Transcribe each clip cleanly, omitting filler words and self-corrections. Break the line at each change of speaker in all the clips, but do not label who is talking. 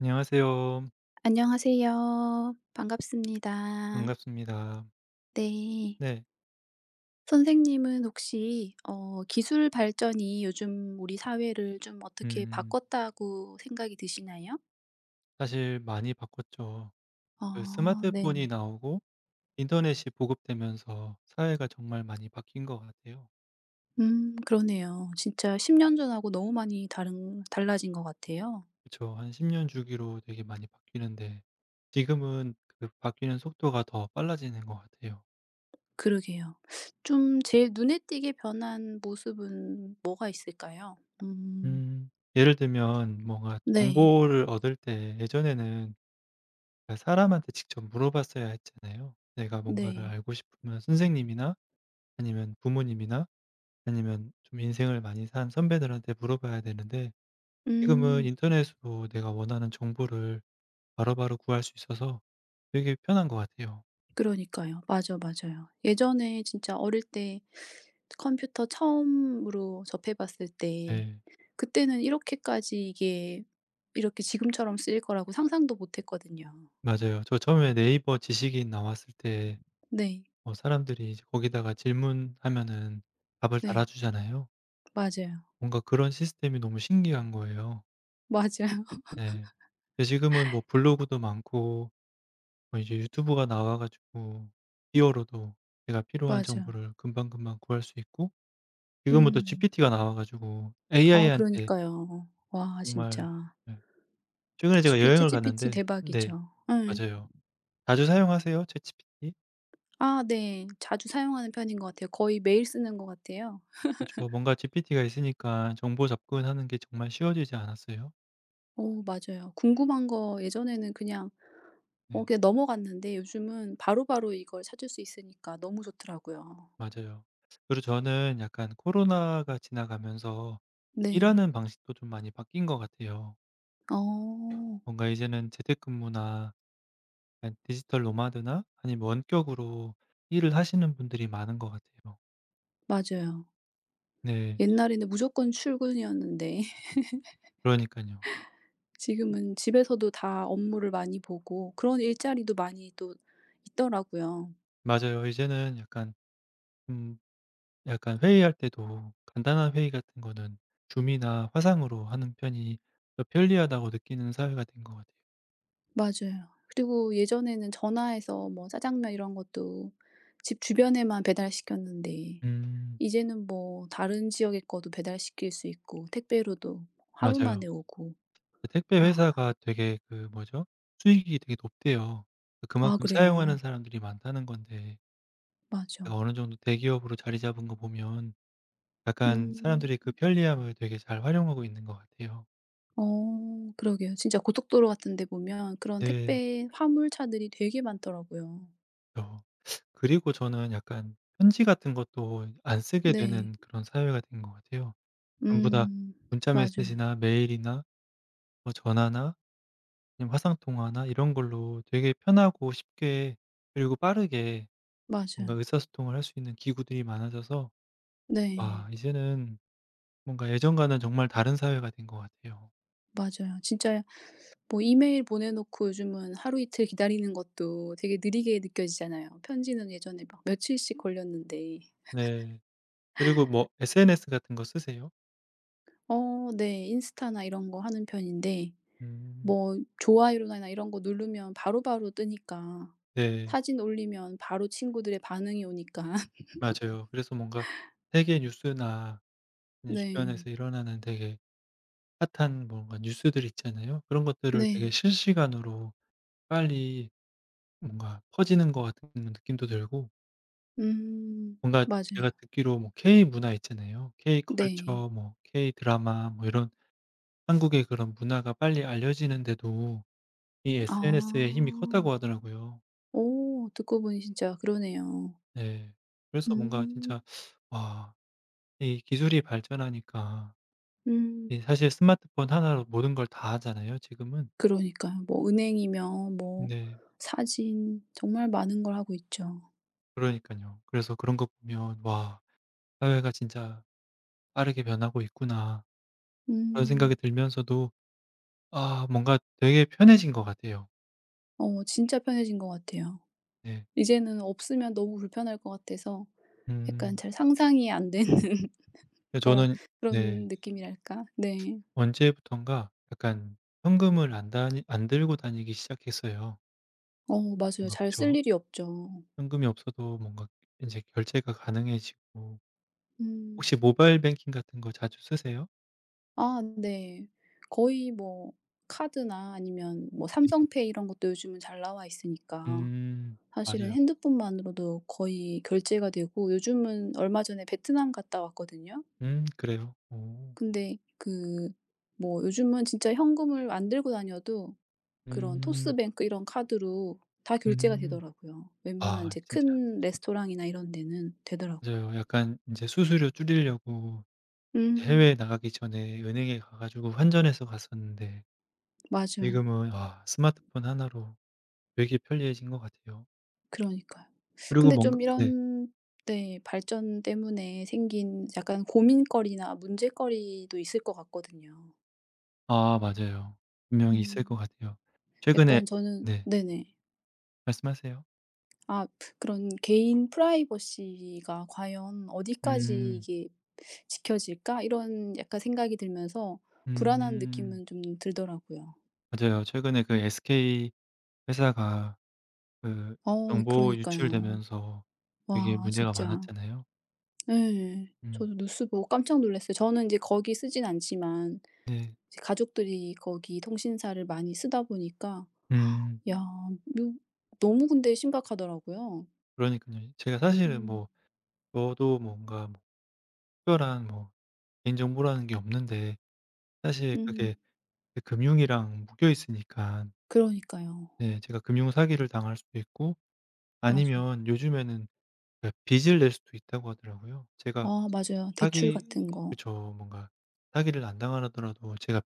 안녕하세요.
안녕하세요. 반갑습니다.
반갑습니다.
네.
네.
선생님은 혹시 기술 발전이 요즘 우리 사회를 좀 어떻게
음
바꿨다고 생각이 드시나요?
사실 많이 바꿨죠. 그
아,
스마트폰이
네네.
나오고 인터넷이 보급되면서 사회가 정말 많이 바뀐 것 같아요.
음, 그러네요. 진짜 10년 전하고 너무 많이 다른 달라진 것 같아요.
그쵸. 한 10년 주기로 되게 많이 바뀌는데, 지금은 그 바뀌는 속도가 더 빨라지는 것 같아요.
그러게요. 좀 제일 눈에 띄게 변한 모습은 뭐가 있을까요? 음.
음 예를 들면 뭔가
네.
정보를 얻을 때 예전에는 그러니까 사람한테 직접 물어봤어야 했잖아요. 내가 뭔가를
네.
알고 싶으면 선생님이나 아니면 부모님이나 아니면 좀 인생을 많이 산 선배들한테 물어봐야 되는데, 지금은
음.
인터넷으로 내가 원하는 정보를 바로바로 구할 수 있어서 되게 편한 것 같아요.
그러니까요. 맞아, 맞아요. 예전에 진짜 어릴 때 컴퓨터 처음으로 접해 봤을 때
네.
그때는 이렇게까지 이게 이렇게 지금처럼 쓰일 거라고 상상도 못 했거든요.
맞아요. 저 처음에 네이버 지식인 나왔을 때
네.
사람들이 이제 거기다가 질문하면은 답을
네.
달아주잖아요.
맞아요.
뭔가 그런 시스템이 너무 신기한 거예요.
맞아요.
네. 근데 지금은 뭐 블로그도 많고 뭐 이제 유튜브가 나와 가지고 기어로도 제가 필요한
맞아.
정보를 금방금방 구할 수 있고. 지금은 또
음.
GPT가 나와 가지고
아,
AI한테
그러니까요. 와,
정말
진짜.
네. 최근에
g
제가
피
여행을
챗GPT
갔는데 네.
대박이죠. 응.
맞아요. 자주 사용하세요? 챗GPT?
아, 네. 자주 사용하는 편인 것 같아요. 거의 매일 쓰는 것 같아요.
그쵸. 뭔가 GPT가 있으니까 정보 접근하는 게 정말 쉬워지지 않았어요?
오, 맞아요. 궁금한 거 예전에는
네.
그냥 넘어갔는데 요즘은 바로바로 이걸 찾을 수 있으니까 너무 좋더라고요.
맞아요. 그리고 저는 약간 코로나가 지나가면서
네.
일하는 방식도 좀 많이 바뀐 것 같아요.
어,
뭔가 이제는 재택근무나 약간 디지털 노마드나 아니면 원격으로 일을 하시는 분들이 많은 것 같아요.
맞아요.
네.
옛날에는 무조건 출근이었는데
그러니깐요.
지금은 집에서도 다 업무를 많이 보고 그런 일자리도 많이 또 있더라고요.
맞아요. 이제는 약간 음 약간 회의할 때도 간단한 회의 같은 거는 줌이나 화상으로 하는 편이 더 편리하다고 느끼는 사회가 된 것 같아요.
맞아요. 그리고 예전에는 전화해서 뭐 짜장면 이런 것도 집 주변에만 배달시켰는데
음. 네.
이제는 뭐 다른 지역의 거도 배달시킬 수 있고 택배로도 하루 만에
맞아요.
오고.
그 택배
아.
회사가 되게 그 뭐죠? 수익이 되게 높대요.
아,
그만큼 사용하는
그래요?
사람들이 많다는 건데 가
맞아.
어느 정도 대기업으로 자리 잡은 거 보면 약간
음.
사람들이 그 편리함을 되게 잘 활용하고 있는 것 같아요.
어, 그러게요. 진짜 고속도로 같은 데 보면 그런
네.
택배 화물차들이 되게 많더라고요.
그쵸. 그리고 저는 약간 편지 같은 것도 안 쓰게
네.
되는 그런 사회가 된 것 같아요. 전부 다
음.
문자
맞아요.
메시지나 메일이나 뭐 전화나 아니면 화상 통화나 이런 걸로 되게 편하고 쉽게, 그리고 빠르게 뭔가
맞아요.
의사소통을 할 수 있는 기구들이 많아져서,
네.
와, 이제는 뭔가 예전과는 정말 다른 사회가 된 것 같아요.
맞아요, 진짜. 뭐 이메일 보내 놓고 요즘은 하루 이틀 기다리는 것도 되게 느리게 느껴지잖아요. 편지는 예전에 막 며칠씩 걸렸는데.
네. 그리고 뭐 SNS 같은 거 쓰세요?
어, 네. 인스타나 이런 거 하는 편인데
음.
뭐 좋아요나 이런 거 누르면 바로바로 뜨니까.
네.
사진 올리면 바로 친구들의 반응이 오니까.
맞아요. 그래서 뭔가 세계 뉴스나 아니면
네.
주변에서 일어나는 되게 핫한 뭔가 뉴스들 있잖아요. 그런 것들을 되게
네.
실시간으로 빨리 뭔가 퍼지는 것 같은 느낌도 들고.
음.
뭔가
맞아요.
제가 듣기로 뭐 K 문화 있잖아요. K
네.
컬처 뭐 K 드라마 뭐 이런 한국의 그런 문화가 빨리 알려지는데도 이
아.
SNS의 힘이 컸다고 하더라고요.
오, 듣고 보니 진짜 그러네요.
네. 그래서 뭔가
음.
진짜 와, 이 기술이 발전하니까
음.
이 사실 스마트폰 하나로 모든 걸 다 하잖아요 지금은.
그러니까요. 뭐 은행이며 뭐
네.
사진 정말 많은 걸 하고 있죠.
그러니까요. 그래서 그런 거 보면, '와, 사회가 진짜 빠르게 변하고 있구나.' 그런
음.
생각이 들면서도, 아 뭔가 되게 편해진 것 같아요.
어, 진짜 편해진 것 같아요.
네.
이제는 없으면 너무 불편할 것 같아서 약간
음.
잘 상상이 안 되는.
예
거라
저는
그런
네
느낌이랄까? 네.
언제부턴가 약간 현금을 안 들고 다니기 시작했어요.
어, 맞아요.
뭔가
잘 쓸
그쵸.
일이 없죠.
현금이 없어도 뭔가 인제 결제가 가능해지고.
음.
혹시 모바일 뱅킹 같은 거 자주 쓰세요?
아, 네. 거의 뭐 카드나 아니면 뭐
네.
삼성페이 이런 것도 요즘은 잘 나와 있으니까
음.
사실은
맞아요.
핸드폰만으로도 거의 결제가 되고 요즘은 얼마 전에 베트남 갔다 왔거든요.
그래요? 오.
근데 그 뭐 요즘은 진짜 현금을 안 들고 다녀도 그런
음.
토스뱅크 이런 카드로 다 결제가
음.
되더라고요. 웬만한
아
이제
진짜
큰 레스토랑이나 이런 데는 되더라고요.
맞아요. 약간 인제 수수료 줄이려고
음,
해외에 나가기 전에 은행에 가 가지고 환전해서 갔었는데,
맞아요.
지금은 아 스마트폰 하나로 되게 편리해진 것 같아요.
그러니까요.
그리고
근데
뭔가
좀
네.
이런 네 발전 때문에 생긴 약간 고민거리나 문제거리도 있을 것 같거든요.
아 맞아요. 분명히 있을 것
음,
같아요. 최근에
약간 저는
네.
네네.
말씀하세요.
아, 그런 개인 프라이버시가 과연 어디까지
음.
이게 지켜질까 이런 약간 생각이 들면서 불안한
음.
느낌은 좀 들더라고요.
맞아요. 최근에 그 SK 회사가 그
어, 네,
정보
그러니까요.
유출되면서 되게
와,
문제가
진짜.
많았잖아요.
네,
음.
저도 뉴스 보고 깜짝 놀랐어요. 저는 이제 거기 쓰진 않지만
네.
이제 가족들이 거기 통신사를 많이 쓰다 보니까
음.
야 묘 너무 근데 심각하더라고요.
그러니깐요. 제가 사실은
음.
뭐 저도 뭔가 뭐 특별한 뭐 개인정보라는 게 없는데 사실
음.
그게 그 금융이랑 묶여 있으니까
그러니까요.
네 제가 금융 사기를 당할 수도 있고
맞아요.
아니면 요즘에는 그 빚을 낼 수도 있다고 하더라고요. 제가
아, 맞아요. 대출
사기
같은 거.
그쵸. 뭔가 사기를 안 당하더라도 제가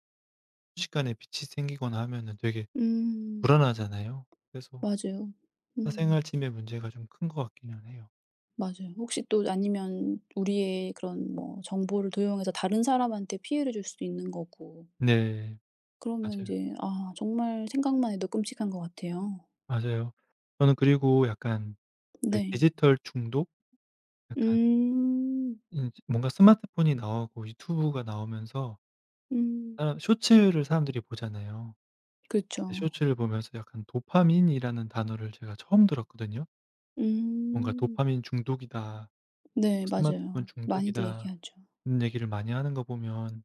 순식간에 빚이 생기거나 하면은 되게
음.
불안하잖아요. 그래서
맞아요. 음.
사생활 침해 문제가 좀 큰 것 같기는 해요.
맞아요. 혹시 또 아니면 우리의 그런 뭐 정보를 도용해서 다른 사람한테 피해를 줄 수도 있는 거고.
네.
그러면 이
맞아요.
제 아, 정말 생각만 해도 끔찍한 것 같아요.
맞아요. 저는 그리고 약간 그
네.
디지털 중독? 약간
음.
인 뭔가 스마트폰이 나오고 유튜브가 나오면서
음.
사람 쇼츠를 사람들이 보잖아요. 네
그렇죠.
쇼츠를 보면서 약간 도파민이라는 단어를 제가 처음 들었거든요. 뭔가
음.
"도파민 중독이다. 뭐
네,
스마트폰
맞아요. 많이들
중독이다."
얘기하죠.
이런 얘기를 많이 하는 거 보면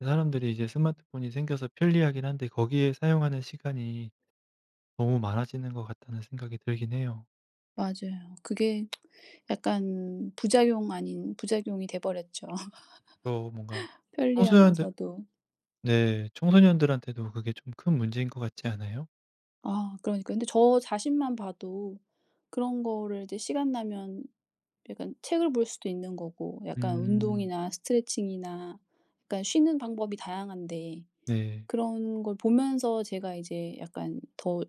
사람들이 이제 스마트폰이 생겨서 편리하긴 한데 거기에 사용하는 시간이 너무 많아지는 것 같다는 생각이 들긴 해요.
맞아요. 그게 약간 부작용 아닌 부작용이 돼 버렸죠.
또 뭔가 청소년들
편리하면서도.
네. 청소년들한테도 그게 좀 큰 문제인 것 같지 않아요?
아, 그러니까 근데 저 자신만 봐도 그런 거를 이제 시간 나면 약간 책을 볼 수도 있는 거고 약간
음.
운동이나 스트레칭이나 약간 쉬는 방법이 다양한데
네.
그런 걸 보면서 제가 이제 약간 더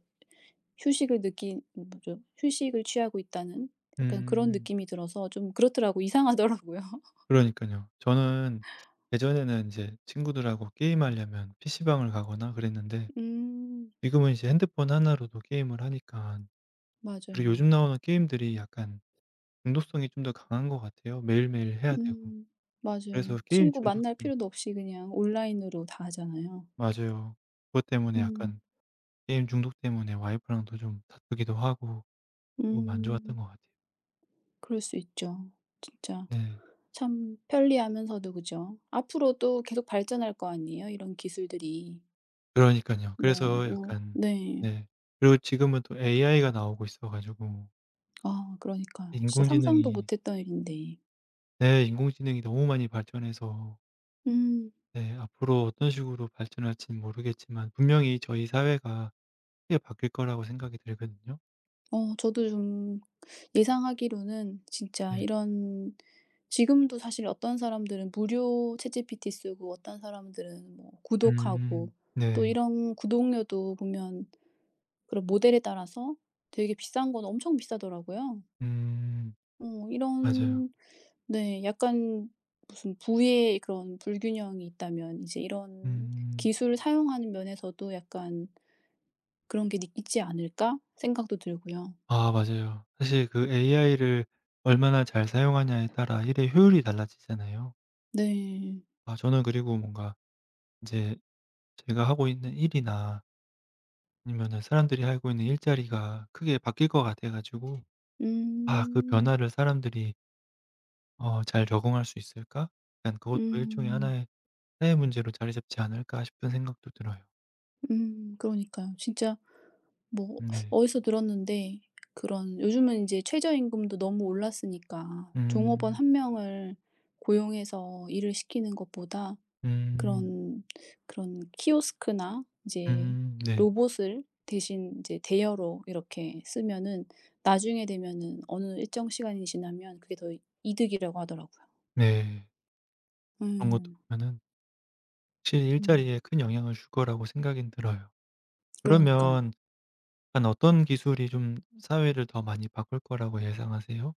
휴식을 느낀 뭐죠 휴식을 취하고 있다는 약간 그런
음.
느낌이 들어서 좀 그렇더라고 이상하더라고요.
그러니깐요. 저는 예전에는 인제 친구들하고 게임하려면 PC방을 가거나 그랬는데
음.
지금은 이제 핸드폰 하나로도 게임을 하니깐. 그리고
맞아요.
요즘 나오는 게임들이 약간 중독성이 좀 더 강한 것 같아요. 매일매일 해야 되고.
음.
그래서
맞아요.
게임
친구
중독
만날
때문에
필요도 없이 그냥 온라인으로 다 하잖아요.
맞아요. 그것 때문에
음.
약간 게임 중독 때문에 와이프랑도 좀 다투기도 하고 조금 안
음.
좋았던 것 같아요.
그럴 수 있죠. 진짜
네.
참 편리하면서도 그죠? 앞으로도 계속 발전할 거 아니에요, 이런 기술들이.
그러니깐요.
뭐
그래서
우
약간
네.
네. 그리고 지금은 또 AI가 나오고 있어 가지고
아, 그러니까요. 진짜 상상도
인공지능이
못 했던 일인데.
네. 인공지능이 너무 많이 발전해서
음.
네 앞으로 어떤 식으로 발전할지는 모르겠지만 분명히 저희 사회가 크게 바뀔 거라고 생각이 들거든요.
어, 저도 좀 예상하기로는 진짜
네.
이런 지금도 사실 어떤 사람들은 무료 챗GPT 쓰고 어떤 사람들은 뭐 구독하고
음.
또
네.
이런 구독료도 보면 그런 모델에 따라서 되게 비싼 건 엄청 비싸더라고요.
음.
어,
맞아요.
이런 네, 약간 무슨 부의 그런 불균형이 있다면 이제 이런
음.
기술을 사용하는 면에서도 약간 '그런 게 있지 않을까?' 생각도 들고요.
아 맞아요. 사실 그 AI를 얼마나 잘 사용하냐에 따라 일의 효율이 달라지잖아요.
네.
아 저는 그리고 뭔가 이제 제가 하고 있는 일이나 아니면은 사람들이 하고 있는 일자리가 크게 바뀔 것 같아 가지고 아 그
음.
변화를 사람들이 '잘 적응할 수 있을까?' 약간 그것도 일종의
음.
하나의 사회 문제로 자리 잡지 않을까 싶은 생각도 들어요.
음. 그러니까요, 진짜. 뭐
네.
어디서 들었는데 그런 요즘은 이제 최저임금도 너무 올랐으니까 종업원
음.
한 명을 고용해서 일을 시키는 것보다
음.
그런, 그런 키오스크나 이제
음. 네.
로봇을 대신 이제 대여로 이렇게 쓰면은 나중에 되면은 어느 일정 시간이 지나면 그게 더 이득이라고 하더라고요.
네. 그런 것도
음.
보면은 확실히
음.
일자리에 큰 영향을 줄 거라고 생각은 들어요.
그러니까요.
그러면 약간 어떤 기술이 좀 사회를 더 많이 바꿀 거라고 예상하세요?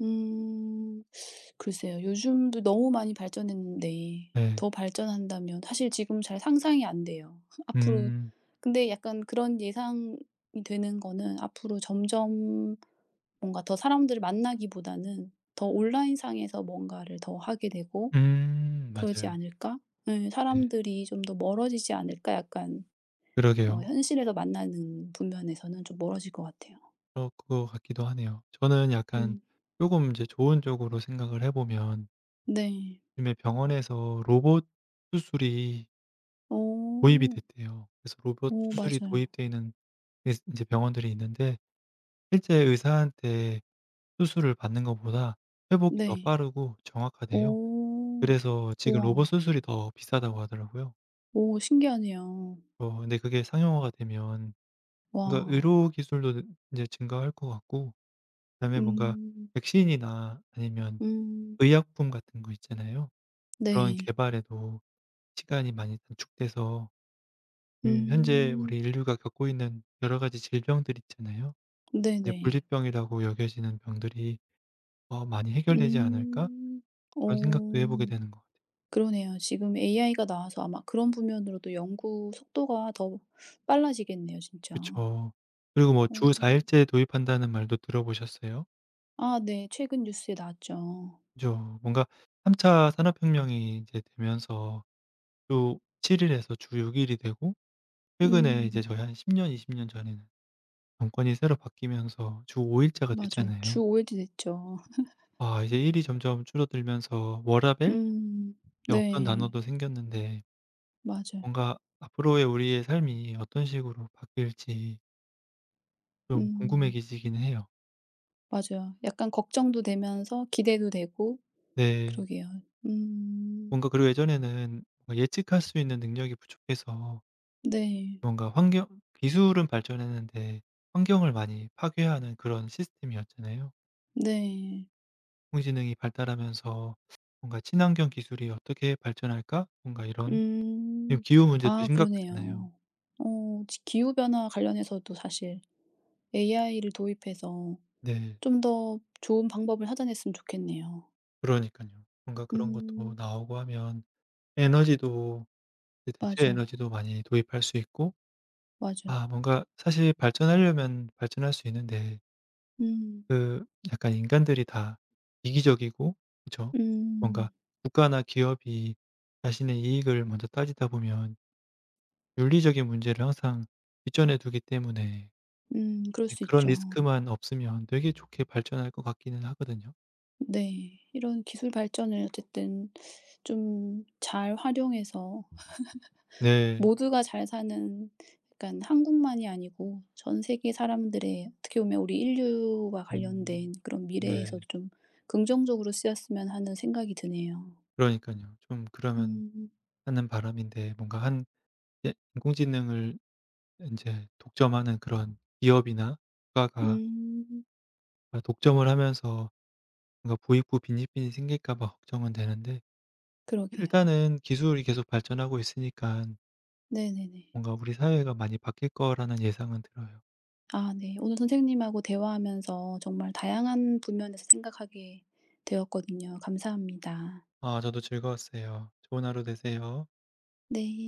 음. 글쎄요. 요즘도 너무 많이 발전했는데
네.
더 발전한다면 사실 지금 잘 상상이 안 돼요. 앞으로
음.
근데 약간 그런 예상이 되는 거는 앞으로 점점 뭔가 더 사람들을 만나기보다는 더 온라인상에서 뭔가를 더 하게 되고
음.
그러지
맞아요.
않을까? 예.
네.
'사람들이 좀 더 멀어지지 않을까?' 약간 어,
그러게요.
현실에서 만나는 분면에서는 좀 멀어질 것 같아요.
그럴 것 같기도 하네요. 저는 약간
음.
조금 이제 좋은 쪽으로 생각을 해 보면
네.
요즘에 병원에서 로봇 수술이 도입이
오.
됐대요. 그래서 로봇
오,
수술이
맞아요.
도입되어 있는 이제 병원들이 있는데 실제 의사한테 수술을 받는 것보다 회복이 더
네.
빠르고 정확하대요.
오.
그래서 지금 로봇
우와.
수술이 더 비싸다고 하더라고요.
오, 신기하네요.
근데 그게 상용화가 되면 뭔가
와.
의료 기술도 이제 증가할 것 같고 그다음에 뭔가
음.
백신이나 아니면
음.
의약품 같은 거 있잖아요. 그런
네.
개발에도 시간이 많이 단축돼서 현재
음.
우리 인류가 겪고 있는 여러 가지 질병들 있잖아요. 이제
네네.
'분리병이라고 여겨지는 병들이 많이 해결되지 않을까?'
음.
그런 생각도 해 보게
어,
되는 것 같아요.
그러네요. 지금 AI가 나와서 아마 그런 부면으로도 연구 속도가 더 빨라지겠네요, 진짜.
그쵸. 그리고 뭐 주
어.
4 일제 도입한다는 말도 들어보셨어요?
아, 네. 최근 뉴스에 나왔죠.
그죠. 뭔가 3차 산업혁명이 이제 되면서 주 7 일에서 주 6 일이 되고 최근에
음.
이제 저희 한 10 년, 20년 전에는 정권이 새로 바뀌면서 주 5일자가
맞아요. 주
됐잖아요.
오 일이 됐죠.
아 이제 일이 점점 줄어들면서 워라밸?
음.
이제 없던
네.
단어도 생겼는데
맞아요.
뭔가 앞으로의 우리의 삶이 어떤 식으로 바뀔지 좀
음.
궁금해지긴 해요.
맞아요. 약간 걱정도 되면서 기대도 되고
네.
그러게요. 음.
뭔가 그리고 예전에는 뭔가 예측할 수 있는 능력이 부족해서
네.
뭔가 환경 기술은 발전했는데 환경을 많이 파괴하는 그런 시스템이었잖아요.
네.
인공지능이 발달하면서 뭔가 '친환경 기술이 어떻게 발전할까?' 뭔가 이런 지금
음.
기후 문제도
아,
심각하잖아요.
그러네요. 어 지 기후 변화 관련해서도 사실 AI를 도입해서
네.
좀 더 좋은 방법을 찾아냈으면 좋겠네요.
그러니까요 뭔가 그런 것도
음.
나오고 하면 에너지도 대체
맞아.
에너지도 많이 도입할 수 있고 아
맞아요.
뭔가 사실 발전하려면 발전할 수 있는데
음.
그 약간 인간들이 다 이기적이고 그죠 뭔가
음.
국가나 기업이 자신의 이익을 먼저 따지다 보면 윤리적인 문제를 항상 뒷전에 두기 때문에
음. 그럴
예
수
그런
있죠.
리스크만 없으면 되게 좋게 발전할 것 같기는 하거든요.
네. 이런 기술 발전을 어쨌든 좀 잘 활용해서
네.
모두가 잘 사는 약간 한국만이 아니고 전 세계 사람들의 어떻게 보면 우리 인류와
음.
관련된 그런 미래에서
네.
좀 긍정적으로 쓰였으면 하는 생각이 드네요.
그러니까요 좀 그러면
음.
하는 바람인데 뭔가 한 예 인공지능을 이제 독점하는 그런 기업이나 국가가
음.
아 독점을 하면서 뭔가 부익부 빈익빈이 생길까 봐 걱정은 되는데
그러게요.
일단은 기술이 계속 발전하고 있으니까
네네네.
뭔가 우리 사회가 많이 바뀔 거라는 예상은 들어요.
아, 네. 오늘 선생님하고 대화하면서 정말 다양한 부면에서 생각하게 되었거든요. 감사합니다.
아 저도 즐거웠어요. 좋은 하루 되세요.
네.